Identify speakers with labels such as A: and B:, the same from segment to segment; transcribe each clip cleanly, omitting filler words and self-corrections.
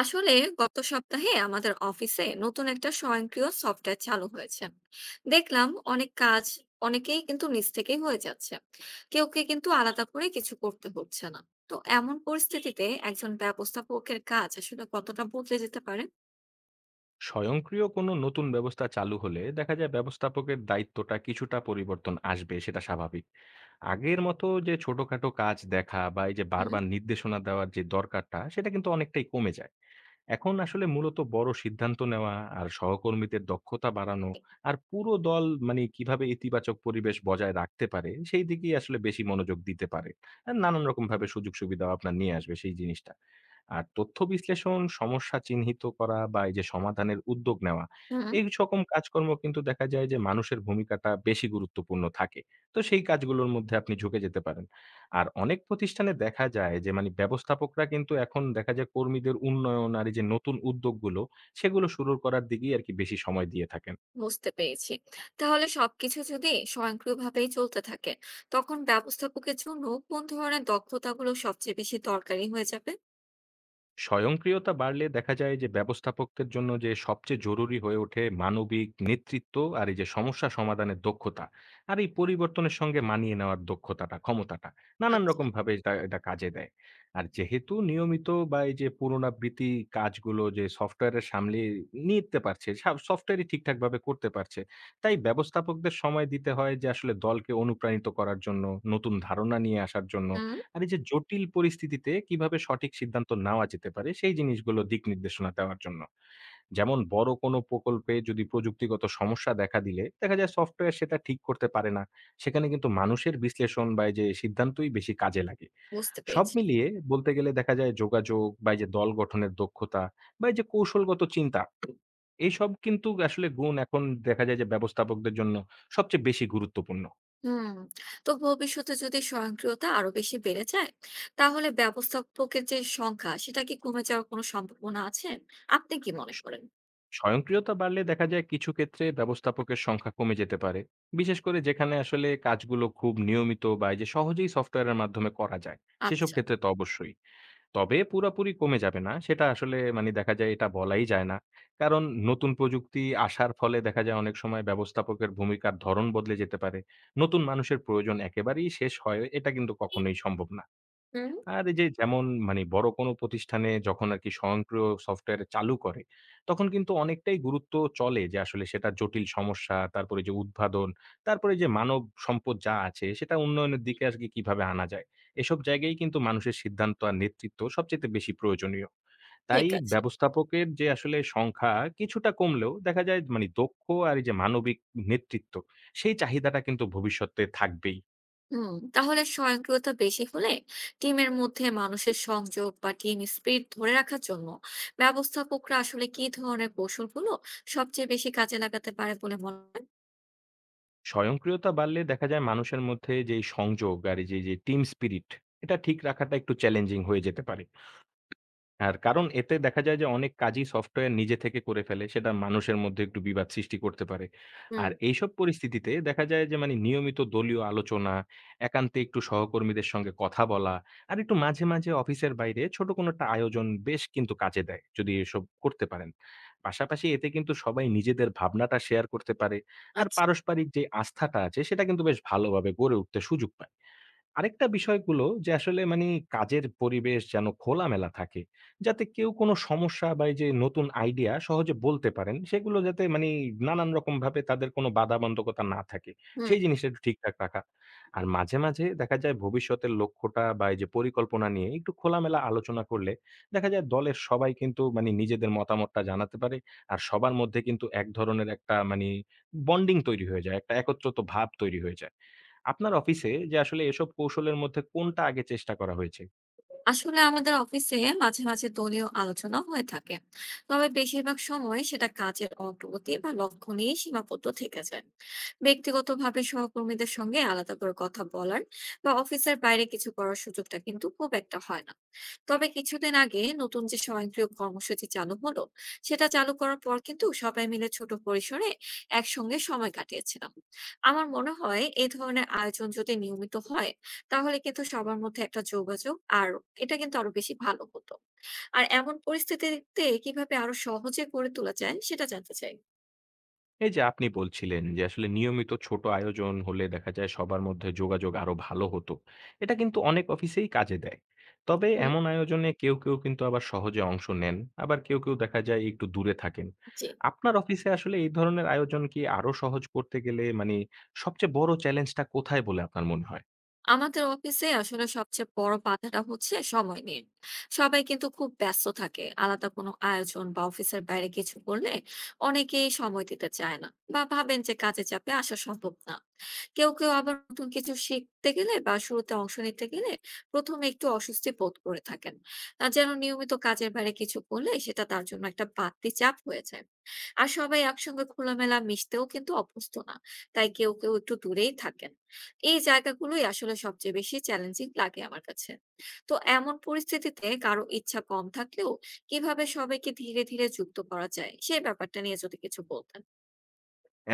A: আসলে গত সপ্তাহে আমাদের অফিসে নতুন একটা স্বয়ংক্রিয় সফটওয়্যার চালু হয়েছে। দেখলাম অনেক কাজ অনেকেই কিন্তু নিজ থেকেই হয়ে যাচ্ছে, কেউ কে কিন্তু আলাদা করে কিছু করতে হচ্ছে না। তো এমন পরিস্থিতিতে একজন ব্যবস্থাপকের কাজ আসলে কতটা বদলে যেতে পারে?
B: স্বয়ংক্রিয় কোনো নতুন ব্যবস্থা চালু হলে দেখা যায় ব্যবস্থাপকের দায়িত্বটা কিছুটা পরিবর্তন আসবে, সেটা স্বাভাবিক। আগের মতো যে ছোটখাটো কাজ দেখা বা এই যে
A: হুম।
B: বারবার নির্দেশনা দেওয়ার যে দরকারটা সেটা কিন্তু অনেকটাই কমে যায়। এখন আসলে মূলত বড় সিদ্ধান্ত নেওয়া, আর সহকর্মীদের দক্ষতা বাড়ানো, আর পুরো দল মানে কিভাবে ইতিবাচক পরিবেশ বজায় রাখতে পারে সেই দিকেই আসলে বেশি মনোযোগ দিতে পারে। আর নানান রকম ভাবে সুযোগ সুবিধা আপনার নিয়ে আসবে সেই জিনিসটা। আর তথ্য বিশ্লেষণ, সমস্যা চিহ্নিত করা বা এই যে সমাধানের উদ্যোগ নেওয়া,
A: হুম।
B: এই সকম কাজকর্ম কিন্তু দেখা যায় যে মানুষের ভূমিকাটা বেশি গুরুত্বপূর্ণ থাকে। তো সেই কাজগুলোর মধ্যে আপনি ঝুঁকে যেতে পারেন। আর অনেক প্রতিষ্ঠানে দেখা যায় যে মানে ব্যবস্থাপকরা কিন্তু এখন দেখা যায় কর্মীদের উন্নয়ন আর এই যে নতুন উদ্যোগগুলো, সেগুলো শুরু করার দিকেই আরকি বেশি সময় দিয়ে থাকেন।
A: বুঝতে পেরেছি। তাহলে সবকিছু যদি স্বয়ংক্রিয়ভাবেই চলতে থাকে, তখন ব্যবস্থাপকের জন্য কোন ধরনের দক্ষতাগুলো সবচেয়ে বেশি দরকারি হয়ে যাবে?
B: স্বয়ংক্রিয়তা বাড়লে দেখা যায় যে ব্যবস্থাপকদের জন্য যে সবচেয়ে জরুরি হয়ে ওঠে মানবিক নেতৃত্ব আর এই যে সমস্যা সমাধানের দক্ষতা, আর এই পরিবর্তনের সঙ্গে মানিয়ে নেওয়ার দক্ষতাটা ক্ষমতাটা নানান
A: আচ্ছা।
B: রকম ভাবে এটা এটা কাজে দেয়। আর যেহেতু নিয়মিত বা এই যে পুনরাবৃত্তি কাজগুলো যে সফটওয়্যারের সামলে নিতে পারছে, সফটওয়্যারই ঠিকঠাক ভাবে করতে পারছে, তাই ব্যবস্থাপকদের সময় দিতে হয় যে আসলে দলকে অনুপ্রাণিত করার জন্য, নতুন ধারণা নিয়ে আসার জন্য,
A: হুম।
B: আর এই যে জটিল পরিস্থিতিতে কিভাবে সঠিক সিদ্ধান্ত নেওয়া যেতে পারে সেই জিনিসগুলো দিক নির্দেশনা দেওয়ার জন্য। যেমন বড় কোনো প্রকল্পে যদি প্রযুক্তিগত সমস্যা দেখা দিলে দেখা যায় সফটওয়্যার সেটা ঠিক করতে পারে না। সেখানে কিন্তু মানুষের বিশ্লেষণ বা এই যে সিদ্ধান্তই বেশি কাজে লাগে।
A: বুঝতে
B: সব
A: পেরেছি।
B: মিলিয়ে বলতে গেলে দেখা যায় যোগাযোগ বা এই যে দল গঠনের দক্ষতা বা এই যে কৌশলগত চিন্তা, এইসব কিন্তু আসলে গুণ এখন দেখা যায় যে ব্যবস্থাপকদের জন্য সবচেয়ে বেশি গুরুত্বপূর্ণ।
A: হুম। তো ভবিষ্যতে যদি স্বয়ংক্রিয়তা আরো বেশি বেড়ে যায়, তাহলে ব্যবস্থাপকের যে সংখ্যা সেটা কি কমে যাওয়ার কোনো সম্ভাবনা আছে? আপনি কি মনে করেন?
B: স্বয়ংক্রিয়তা বাড়লে দেখা যায় কিছু ক্ষেত্রে ব্যবস্থাপকের সংখ্যা কমে যেতে পারে, বিশেষ করে যেখানে আসলে কাজগুলো খুব নিয়মিত বা এই যে সহজেই সফটওয়্যারের মাধ্যমে করা যায়, সেসব
A: আচ্ছা।
B: ক্ষেত্রে তো অবশ্যই। তবে পুরোপুরি কমে যাবে না, সেটা আসলে মানে দেখা যায় এটা বলাই যায় না। কারণ নতুন প্রযুক্তি আসার ফলে দেখা যায় অনেক সময় ব্যবস্থাপকের ভূমিকার ধরন বদলে যেতে পারে। নতুন মানুষের প্রয়োজন একেবারেই শেষ হয় এটা কিন্তু কখনোই সম্ভব না।
A: হুম।
B: আর এই যে যেমন মানে বড় কোনো প্রতিষ্ঠানে যখন আরকি স্বয়ংক্রিয় সফটওয়্যার চালু করে, তখন কিন্তু অনেকটাই গুরুত্ব চলে যে আসলে সেটার জটিল সমস্যা, তারপরে যে উদ্ভাবন, তারপরে যে মানব সম্পদ যা আছে সেটা উন্নয়নের দিকে আজকে কিভাবে আনা যায়। এসব জায়গায় কিন্তু মানুষের সিদ্ধান্ত আর নেতৃত্ব সবচাইতে বেশি প্রয়োজনীয়। তাই
A: ঠিক আছে।
B: ব্যবস্থাপকের যে আসলে সংখ্যা কিছুটা কমলেও দেখা যায় মানে দক্ষ আর এই যে মানবিক নেতৃত্ব, সেই চাহিদাটা কিন্তু ভবিষ্যতে থাকবেই।
A: হুম। তাহলে স্বয়ংক্রিয়তা বেশি হলে টিমের মধ্যে মানুষের সংযোগ বা টিম স্পিরিট ধরে রাখার জন্য ব্যবস্থাপকরা আসলে কি ধরনের কৌশলগুলো সবচেয়ে বেশি কাজে লাগাতে পারে বলে মনে হয়?
B: স্বয়ংক্রিয়তা বাড়লে দেখা যায় মানুষের মধ্যে যেই সংযোগ আর এই যে, যে টিম স্পিরিট এটা ঠিক রাখাটা একটু চ্যালেঞ্জিং হয়ে যেতে পারে। আর কারণ এতে দেখা যায় যে অনেক কাজই সফটওয়্যার নিজে থেকে করে ফেলে। সেটা মানুষের মধ্যে একটু বিবাদ সৃষ্টি করতে পারে। আর
A: হুম।
B: এইসব পরিস্থিতিতে দেখা যায় যে মানে নিয়মিত দলীয় আলোচনা, একান্তে একটু সহকর্মীদের সঙ্গে কথা বলা, আর একটু মাঝে, মাঝে অফিসের বাইরে ছোট কোনো একটা আয়োজন বেশ কিন্তু কাজে দেয়, যদি এসব করতে পারেন। পাশাপাশি এতে কিন্তু সবাই নিজেদের ভাবনাটা শেয়ার করতে পারে। আর
A: আচ্ছা।
B: পারস্পরিক যে আস্থাটা আছে সেটা কিন্তু বেশ ভালোভাবে গড়ে উঠতে সুযোগ পায়। আরেকটা বিষয়গুলো যে আসলে মানে কাজের পরিবেশ যেন খোলামেলা থাকে। যাতে কেউ কোনো সমস্যা বা এই যে নতুন আইডিয়া সহজে বলতে পারেন, সেগুলো যাতে মানে নানান রকমভাবে তাদের কোনো বাধাবন্ধকতা না থাকে।
A: হুম।
B: সেই জিনিসটা একটু ঠিকঠাক রাখা। আর মাঝে, মাঝে দেখা যায় ভবিষ্যতের লক্ষ্যটা বা এই যে পরিকল্পনা নিয়ে একটু খোলামেলা আলোচনা করলে দেখা যায় দলের সবাই কিন্তু মানে নিজেদের মতামতটা জানাতে পারে। আর সবার মধ্যে কিন্তু এক ধরনের একটা মানে বন্ডিং তৈরি হয়ে যায়। একটা একত্রিত ভাব তৈরি হয়ে যায়। আপনার অফিসে যে আসলে এসব কৌশলের মধ্যে কোনটা আগে চেষ্টা করা হয়েছে?
A: আসলে আমাদের অফিসে মাঝে মাঝে দলীয় আলোচনা হয়ে থাকে, তবে বেশিরভাগ সময় সেটা কাজের অগ্রগতি বা লক্ষ্য নিয়ে সীমাবদ্ধ থেকে যায়। ব্যক্তিগতভাবে সহকর্মীদের সঙ্গে আলাদা করে কথা বলার বা অফিসের বাইরে কিছু করার সুযোগটা কিন্তু খুব একটা হয় না। তবে কিছুদিন আগে নতুন যে স্বয়ংক্রিয় কর্মসূচি চালু হলো, সেটা চালু করার পর কিন্তু সবাই মিলে ছোট পরিসরে একসঙ্গে সময় কাটিয়েছিলাম। আমার মনে হয় এই ধরনের আয়োজন যদি নিয়মিত হয়, তাহলে কিন্তু সবার মধ্যে একটা যোগাযোগ আর এটা কিন্তু আরো বেশি ভালো হতো। আর এমন পরিস্থিতিতে কিভাবে আরো সহজে গড়ে তোলা যায় সেটা জানতে চাই।
B: এই যে আপনি বলছিলেন যে আসলে নিয়মিত ছোট আয়োজন হলে দেখা যায় সবার মধ্যে যোগাযোগ আরো ভালো হতো। এটা কিন্তু অনেক অফিসেই কাজে দেয়। তবে
A: হুম।
B: এমন আয়োজনে কেউ, কেউ কিন্তু আবার সহজে অংশ নেন। আবার কেউ, কেউ দেখা যায় একটু দূরে থাকেন।
A: জি।
B: আপনার অফিসে আসলে এই ধরনের আয়োজন কি আরো সহজ করতে গেলে মানে সবচেয়ে বড় চ্যালেঞ্জটা কোথায় বলে আপনার মনে হয়?
A: আমাদের অফিসে আসলে সবচেয়ে বড় বাধাটা হচ্ছে সময় নিয়ে। সবাই কিন্তু খুব ব্যস্ত থাকে, আলাদা কোনো আয়োজন বা অফিসের বাইরে কিছু করলে অনেকেই সময় দিতে চায় না, বা ভাবেন যে কাজে চাপে আসা সম্ভব না। কেউ কেউ আবার নতুন কিছু শিখতে গেলে বা শুরুতে অংশ নিতে গেলে প্রথমে একটু অস্বস্তি বোধ করে থাকেন। আর যেন নিয়মিত কাজের বাইরে কিছু করলে সেটা তার জন্য একটা বাড়তি চাপ হয়ে যায়। আর সবাই একসঙ্গে খোলামেলা মিশতেও কিন্তু অভ্যস্ত না, তাই কেউ কেউ একটু দূরেই থাকেন। এই জায়গাগুলোই আসলে সবচেয়ে বেশি চ্যালেঞ্জিং লাগে আমার কাছে। তো এমন পরিস্থিতিতে কারো ইচ্ছা কম থাকলেও কিভাবে সবাইকে ধীরে, ধীরে যুক্ত করা যায় সেই ব্যাপারটা নিয়ে যদি কিছু বলতেন।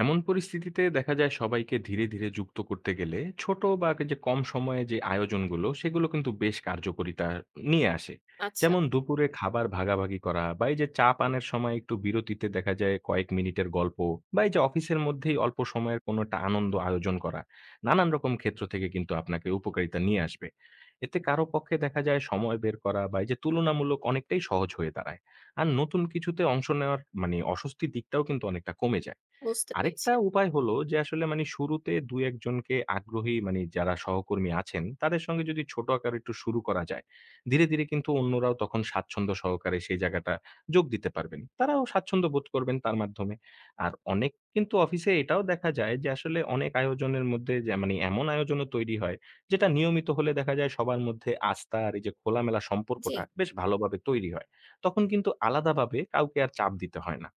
B: এমন পরিস্থিতিতে দেখা যায় সবাইকে ধীরে ধীরে যুক্ত করতে গেলে ছোট বা যে কম সময়ে যে আয়োজনগুলো সেগুলো কিন্তু বেশ কার্যকরিতা নিয়ে আসে।
A: আচ্ছা।
B: যেমন দুপুরে খাবার ভাগাভাগি করা বা এই যে চা পানের সময় একটু বিরতিতে দেখা যায় কয়েক মিনিটের গল্প বা এই যে অফিসের মধ্যেই অল্প সময়ের কোনো একটা আনন্দ আয়োজন করা, নানান রকম ক্ষেত্র থেকে কিন্তু আপনাকে উপকারিতা নিয়ে আসবে। এতে কারো পক্ষে দেখা যায় সময় বের করা বা এই যে তুলনামূলক অনেকটাই সহজ হয়ে দাঁড়ায়। আর নতুন কিছুতে অংশ নেওয়ার মানে অস্বস্তি দিকটাও কিন্তু অনেকটা কমে যায়।
A: বুঝতে পেরেছি।
B: আরেকটা উপায় হলো যে আসলে মানে শুরুতে দু একজনকে আগ্রহী মানে যারা সহকর্মী আছেন তাদের সঙ্গে যদি ছোট আকারে একটু শুরু করা যায়, ধীরে ধীরে কিন্তু অন্যরাও তখন স্বাচ্ছন্দ্য সহকারে সেই জায়গাটা যোগ দিতে পারবেন, তারাও স্বাচ্ছন্দ্য বোধ করবেন তার মাধ্যমে। আর অনেক কিন্তু অফিসে এটাও দেখা যায় যে আসলে অনেক আয়োজনের মধ্যে যে মানে এমন আয়োজনও তৈরি হয় যেটা নিয়মিত হলে দেখা যায় সবার মধ্যে আস্থা আর এই যে খোলামেলা
A: জি।
B: সম্পর্কটা বেশ ভালোভাবে তৈরি হয়। তখন কিন্তু আলাদাভাবে কাউকে আর চাপ দিতে হয় না।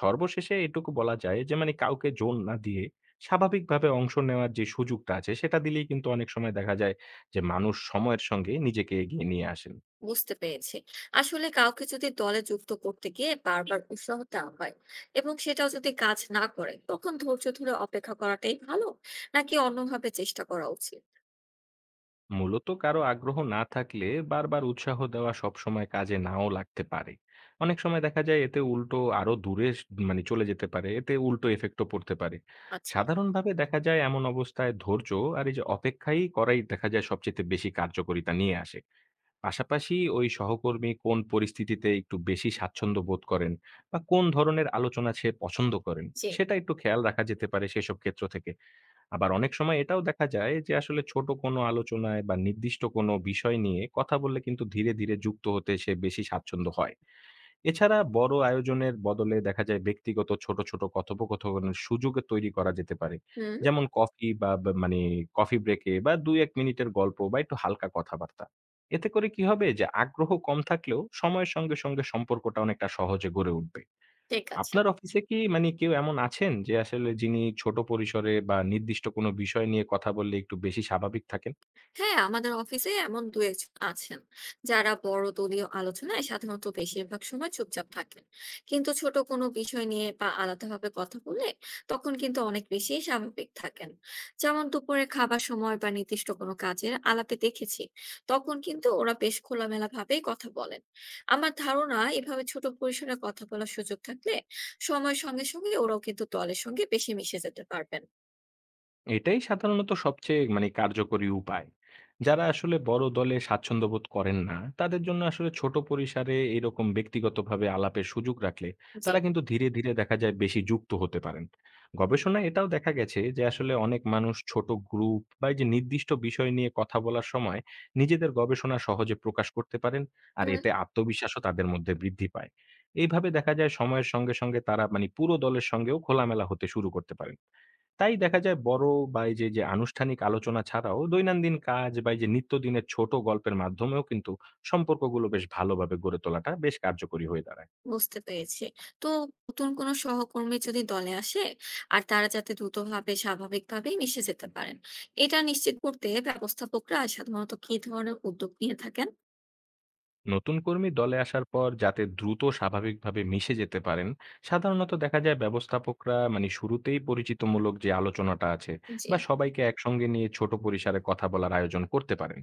B: সর্বশেষে এটুকু বলা যায় যে মানে কাউকে জোর না দিয়ে স্বাভাবিকভাবে অংশ নেওয়ার যে সুযোগটা আছে সেটা দিলেই কিন্তু অনেক সময় দেখা যায় যে মানুষ সময়ের সঙ্গে নিজেকে এগিয়ে নিয়ে আসেন।
A: বুঝতে পেরেছি। আসলে কাউকে যদি দলে যুক্ত করতে গিয়ে বারবার উৎসাহ দেওয়া হয় এবং সেটাও যদি কাজ না করে, তখন ধৈর্য ধরে অপেক্ষা করাটাই ভালো, নাকি অন্যভাবে চেষ্টা করা উচিত?
B: মূলত কারো আগ্রহ না থাকলে বারবার উৎসাহ দেওয়া সবসময় কাজে নাও লাগতে পারে। অনেক সময় দেখা যায় এতে উল্টো আরো দূরে স মানে চলে যেতে পারে। এতে উল্টো ইফেক্টও পড়তে পারে।
A: আচ্ছা।
B: সাধারণভাবে দেখা যায় এমন অবস্থায় ধৈর্য আর এই যে অপেক্ষাই করাই দেখা যায় সবচাইতে বেশি কার্যকারিতা নিয়ে আসে। পাশাপাশি ওই সহকর্মী কোন পরিস্থিতিতে একটু বেশি স্বাচ্ছন্দ্য বোধ করেন বা কোন ধরনের আলোচনা সে পছন্দ করেন,
A: জি।
B: সেটা একটু খেয়াল রাখা যেতে পারে সেসব ক্ষেত্র থেকে। আবার অনেক সময় এটাও দেখা যায় যে আসলে ছোট কোনো আলোচনায় বা নির্দিষ্ট কোনো বিষয় নিয়ে কথা বললে কিন্তু ধীরে, ধীরে যুক্ত হতে সে বেশি স্বাচ্ছন্দ্য হয়। এছাড়া বড় আয়োজনের বদলে দেখা যায় ব্যক্তিগত ছোট, ছোট কথোপকথনের সুযোগ তৈরি করা যেতে পারে।
A: হুম।
B: যেমন কফি ব্রেকে বা ২-১ মিনিটের গল্প বা একটু হালকা কথাবার্তা। এতে করে কি হবে যে আগ্রহ কম থাকলেও সময়ের সঙ্গে, সঙ্গে সম্পর্কটা অনেকটা সহজে গড়ে উঠবে।
A: ঠিক আছে।
B: আপনার অফিসে কি মানে কেউ এমন আছেন যে আসলে যিনি ছোট পরিসরে বা নির্দিষ্ট কোনো বিষয় নিয়ে কথা বললে একটু বেশি স্বাভাবিক থাকেন?
A: হ্যাঁ, আমাদের অফিসে এমন দু একজন আছেন যারা বড় দলীয় আলোচনায় সাধারণত বেশিরভাগ সময় চুপচাপ থাকেন, কিন্তু ছোট কোনো বিষয় নিয়ে বা আলাদাভাবে কথা বললে তখন কিন্তু অনেক বেশি স্বাভাবিক থাকেন। যেমন দুপুরে খাবার সময় বা নির্দিষ্ট কোনো কাজের আলাপে দেখেছি তখন কিন্তু ওরা বেশ খোলামেলা ভাবেই কথা বলেন। আমার ধারণা এভাবে ছোট পরিসরে কথা বলার সুযোগ থাকলে সময়ের সঙ্গে সঙ্গে ওরাও কিন্তু দলের সঙ্গে বেশি মিশে যেতে পারবেন।
B: এটাই সাধারণত সবচেয়ে মানে কার্যকরী উপায়। যারা আসলে বড় দলে স্বাচ্ছন্দ্য বোধ করেন না, তাদের জন্য আসলে ছোট পরিসরে এরকম ব্যক্তিগতভাবে আলাপের সুযোগ রাখলে
A: জি।
B: তারা কিন্তু ধীরে, ধীরে দেখা যায় বেশি যুক্ত হতে পারেন। গবেষণায় এটাও দেখা গেছে যে আসলে অনেক মানুষ ছোট গ্রুপ বা এই যে নির্দিষ্ট বিষয় নিয়ে কথা বলার সময় নিজেদের গবেষণা সহজে প্রকাশ করতে পারেন, আর এতে আত্মবিশ্বাসও তাদের মধ্যে বৃদ্ধি পায়। এইভাবে দেখা যায় সময়ের সঙ্গে, সঙ্গে তারা মানে পুরো দলের সঙ্গেও খোলামেলা হতে শুরু করতে পারেন। তাই দেখা যায় বড় বা এই যে, যে আনুষ্ঠানিক আলোচনা ছাড়াও দৈনন্দিন কাজ বা এই যে নিত্যদিনের ছোট গল্পের মাধ্যমেও কিন্তু সম্পর্কগুলো বেশ ভালোভাবে গড়ে তোলাটা বেশ কার্যকরী হয়ে দাঁড়ায়।
A: বুঝতে পেরেছি। তো নতুন কোন সহকর্মী যদি দলে আসে আর তারা যাতে দ্রুতভাবে স্বাভাবিকভাবেই মিশে যেতে পারেন, এটা নিশ্চিত করতে ব্যবস্থাপকরা সাধারণত কি ধরনের উদ্যোগ নিয়ে থাকেন?
B: নতুন কর্মী দলে আসার পর যাতে দ্রুত স্বাভাবিকভাবে মিশে যেতে পারেন, সাধারণত দেখা যায় ব্যবস্থাপকরা মানে শুরুতেই পরিচিতিমূলক যে আলোচনাটা আছে
A: জি।
B: বা সবাইকে একসঙ্গে নিয়ে ছোট পরিসরে কথা বলার আয়োজন করতে পারেন।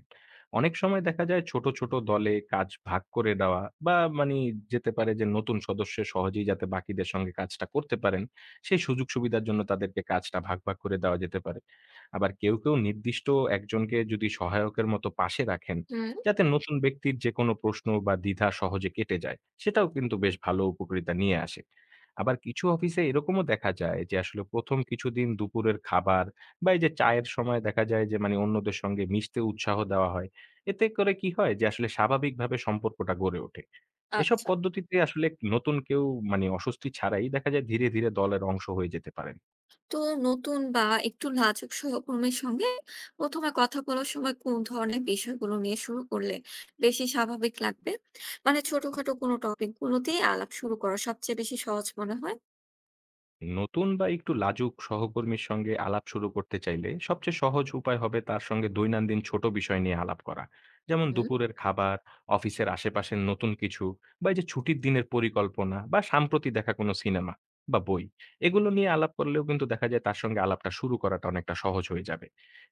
B: অনেক সময় দেখা যায় ছোট ছোট দলে কাজ ভাগ করে দেওয়া বা মানে যেতে পারে যে নতুন সদস্য সহজেই যাতে বাকিদের সঙ্গে কাজটা করতে পারেন, সেই সুযোগ সুবিধার জন্য তাদেরকে কাজটা ভাগ ভাগ করে দেওয়া যেতে পারে। আবার কেউ কেউ নির্দিষ্ট একজনকে যদি সহায়কের মতো পাশে রাখেন,
A: হুম।
B: যাতে নতুন ব্যক্তির যে কোনো প্রশ্ন বা দ্বিধা সহজে কেটে যায় সেটাও কিন্তু বেশ ভালো উপকারিতা নিয়ে আসে। আবার কিছু অফিসে এরকমও দেখা যায় যে আসলে প্রথম কিছুদিন দুপুরের খাবার বা এই যে চায়ের সময় দেখা যায় যে মানে অন্যদের সঙ্গে মিশতে উৎসাহ দেওয়া হয়। এতে করে কি হয় যে আসলে স্বাভাবিকভাবে সম্পর্কটা গড়ে ওঠে। এসব
A: আচ্ছা।
B: পদ্ধতিতে আসলে নতুন কেউ মানে অস্বস্তি ছাড়াই দেখা যায় ধীরে ধীরে দলের অংশ হয়ে যেতে পারে।
A: তো নতুন বা একটু লাজুক সহকর্মীর সঙ্গে প্রথমে কথা বলার সময় কোন ধরনের বিষয়গুলো নিয়ে শুরু করলে বেশি স্বাভাবিক লাগবে? মানে ছোটখাটো কোনো টপিক গুলোতেই আলাপ শুরু করা সবচেয়ে বেশি সহজ মনে হয়।
B: নতুন বা একটু লাজুক সহকর্মীর সঙ্গে আলাপ শুরু করতে চাইলে সবচেয়ে সহজ উপায় হবে তার সঙ্গে দৈনন্দিন ছোট বিষয় নিয়ে আলাপ করা। যেমন
A: হুম।
B: দুপুরের খাবার, অফিসের আশেপাশের নতুন কিছু বা এই যে ছুটির দিনের পরিকল্পনা বা সাম্প্রতি দেখা কোনো সিনেমা বা বই, এগুলো নিয়ে আলাপ করলেও কিন্তু দেখা যায় তার সঙ্গে আলাপটা শুরু করাটা অনেকটা সহজ হয়ে যাবে।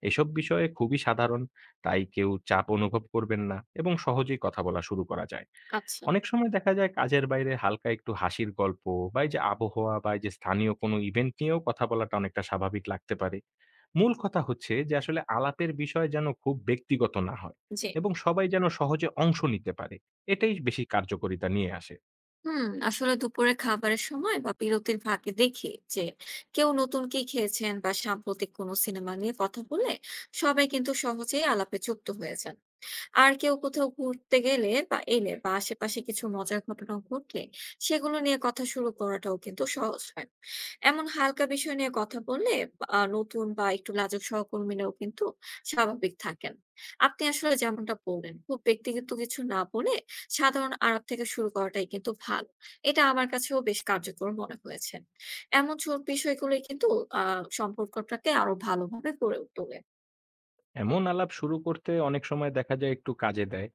B: এসব বিষয়ে খুবই সাধারণ, তাই কেউ চাপ অনুভব করবেন না এবং সহজেই কথা বলা শুরু করা যায়।
A: আচ্ছা।
B: অনেক সময় দেখা যায় কাজের বাইরে হালকা একটু হাসির গল্প বা এই যে আবহাওয়া বা এই যে স্থানীয় কোনো ইভেন্ট নিয়েও কথা বলাটা অনেকটা স্বাভাবিক লাগতে পারে। মূল কথা হচ্ছে যে আসলে আলাপের বিষয় যেন খুব ব্যক্তিগত না হয়
A: জি।
B: এবং সবাই যেন সহজে অংশ নিতে পারে, এটাই বেশি কার্যকারিতা নিয়ে আসে।
A: হুম। আসলে দুপুরে খাবারের সময় বা বিরতির ফাঁকে দেখি যে কেউ নতুন কি খেয়েছেন বা সাম্প্রতিক কোনো সিনেমা নিয়ে কথা বলে সবাই কিন্তু সহজেই আলাপে যুক্ত হয়েছেন। আর কেউ কোথাও ঘুরতে গেলে বা এলে বা আশেপাশে কিছু মজার ঘটনা ঘটলে সেগুলো নিয়ে কথা শুরু করাটাও কিন্তু সহজ হয়। এমন হালকা বিষয় নিয়ে কথা বললে, নতুন বা একটু লাজুক সহকর্মীরাও কিন্তু স্বাভাবিক থাকেন। আপনি আসলে যেমনটা বললেন খুব ব্যক্তিগত কিছু না বলে সাধারণ আলাপ থেকে শুরু করাটাই কিন্তু ভালো। এটা আমার কাছেও বেশ কার্যকর মনে হয়েছে। এমন ছোট বিষয়গুলোই কিন্তু সম্পর্কটাকে আরো ভালোভাবে গড়ে তোলে।
B: এমন আলাপ শুরু করতে অনেক সময় দেখা যায় একটু কাজে দেয়।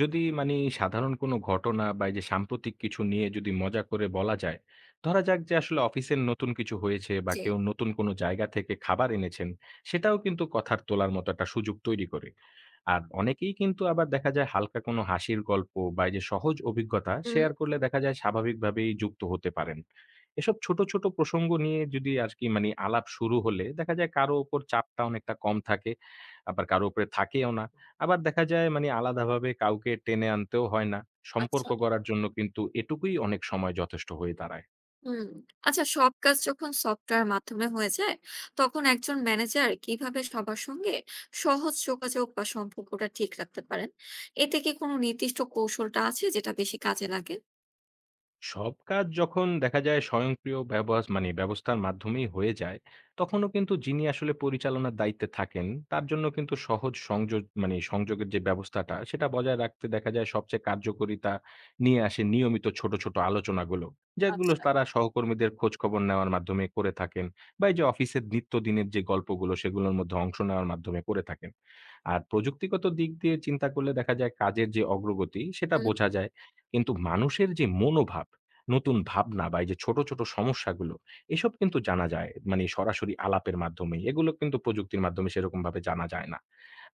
B: যদি মানি সাধারণ কোনো ঘটনা বা এই যে সাম্প্রতিক কিছু নিয়ে যদি মজা করে বলা যায়। ধরা যাক যে আসলে অফিসের নতুন কিছু হয়েছে বা
A: জি।
B: কেউ নতুন কোনো জায়গা থেকে খাবার এনেছেন, সেটাও কিন্তু কথার তোলার মতো একটা সুযোগ তৈরি করে। আর অনেকেই কিন্তু আবার দেখা যায় হালকা কোনো হাসির গল্প বা এই যে সহজ অভিজ্ঞতা
A: হুম।
B: শেয়ার করলে দেখা যায় স্বাভাবিকভাবেই যুক্ত হতে পারেন। এসব ছোট, ছোট প্রসঙ্গ নিয়ে যদি আরকি মানি আলাপ শুরু হলে দেখা যায় কারো উপর চাপটা অনেকটা কম থাকে, আবার কারো উপরে থাকেও না। আবার দেখা যায় মানে আলাদাভাবে কাউকে টেনে আনতেও হয় না। সম্পর্ক
A: আচ্ছা।
B: গড়ার জন্য কিন্তু এটুকুই অনেক সময় যথেষ্ট হয়ে দাঁড়ায়।
A: হুম। আচ্ছা, সব কাজ যখন সফটওয়্যার মাধ্যমে হয়ে যায়, তখন একজন ম্যানেজার কিভাবে সবার সঙ্গে সহজ যোগাযোগ বা সম্পর্কটা ঠিক রাখতে পারেন? এতে কি কোনো নির্দিষ্ট কৌশলটা আছে যেটা বেশি কাজে লাগে?
B: সব কাজ যখন দেখা যায় স্বয়ংক্রিয় ব্যবহার মানে ব্যবস্থার মাধ্যমেই হয়ে যায়, তখনও কিন্তু যিনি আসলে পরিচালনার দায়িত্বে থাকেন তার জন্য কিন্তু সহজ সংযোগ মানে সংযোগের যে ব্যবস্থাটা সেটা বজায় রাখতে দেখা যায় সবচেয়ে কার্যকরিতা নিয়ে আসে নিয়মিত ছোট ছোট আলোচনাগুলো, যেগুলো
A: আচ্ছা।
B: তারা সহকর্মীদের খোঁজ খবর নেওয়ার মাধ্যমে করে থাকেন বা এই যে অফিসের নিত্যদিনের যে গল্পগুলো সেগুলোর মধ্যে অংশ নেওয়ার মাধ্যমে করে থাকেন। আর প্রযুক্তিগত দিক দিয়ে চিন্তা করলে দেখা যায় কাজের যে অগ্রগতি সেটা
A: হুম।
B: বোঝা যায়, কিন্তু মানুষের যে মনোভাব, নতুন ভাবনা বা এই যে ছোট, ছোট সমস্যাগুলো, এসব কিন্তু জানা যায় মানে সরাসরি আলাপের মাধ্যমেই। এগুলো কিন্তু প্রযুক্তির মাধ্যমে সেরকমভাবে জানা যায় না।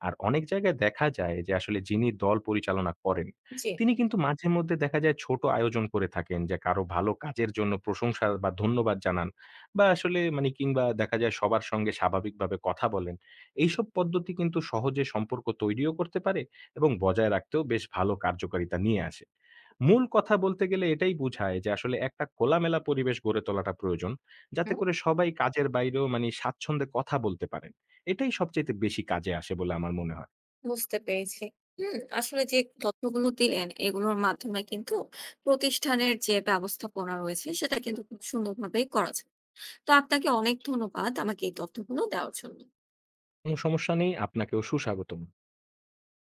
B: আর অনেক জায়গায় দেখা যায় যে আসলে যিনি দল পরিচালনা করেন,
A: জি।
B: তিনি কিন্তু মাঝে মধ্যে দেখা যায় ছোট আয়োজন করে থাকেন, যে কারো ভালো কাজের জন্য প্রশংসা বা ধন্যবাদ জানান বা আসলে মানে কিংবা দেখা যায় সবার সঙ্গে স্বাভাবিকভাবে কথা বলেন। এইসব পদ্ধতি কিন্তু সহজে সম্পর্ক তৈরিও করতে পারে এবং বজায় রাখতেও বেশ ভালো কার্যকারিতা নিয়ে আসে। মূল কথা বলতে গেলে এটাই বুঝায় যে আসলে একটা খোলামেলা পরিবেশ গড়ে তোলাটা প্রয়োজন, যাতে
A: হুম।
B: করে সবাই কাজের বাইরেও মানে স্বাচ্ছন্দ্যে কথা বলতে পারেন। এটাই সবচাইতে বেশি কাজে আসে বলে আমার মনে হয়।
A: বুঝতে পেরেছি। হুম। আসলে যে তথ্যগুলো দিলেন এগুলোর মাধ্যমে কিন্তু প্রতিষ্ঠানের যে ব্যবস্থাপনা রয়েছে সেটা কিন্তু খুব সুন্দরভাবেই করা যায়। তো আপনাকে অনেক ধন্যবাদ আমাকে এই তথ্যগুলো দেওয়ার জন্য।
B: কোনো সমস্যা নেই। আপনাকেও সুস্বাগতম।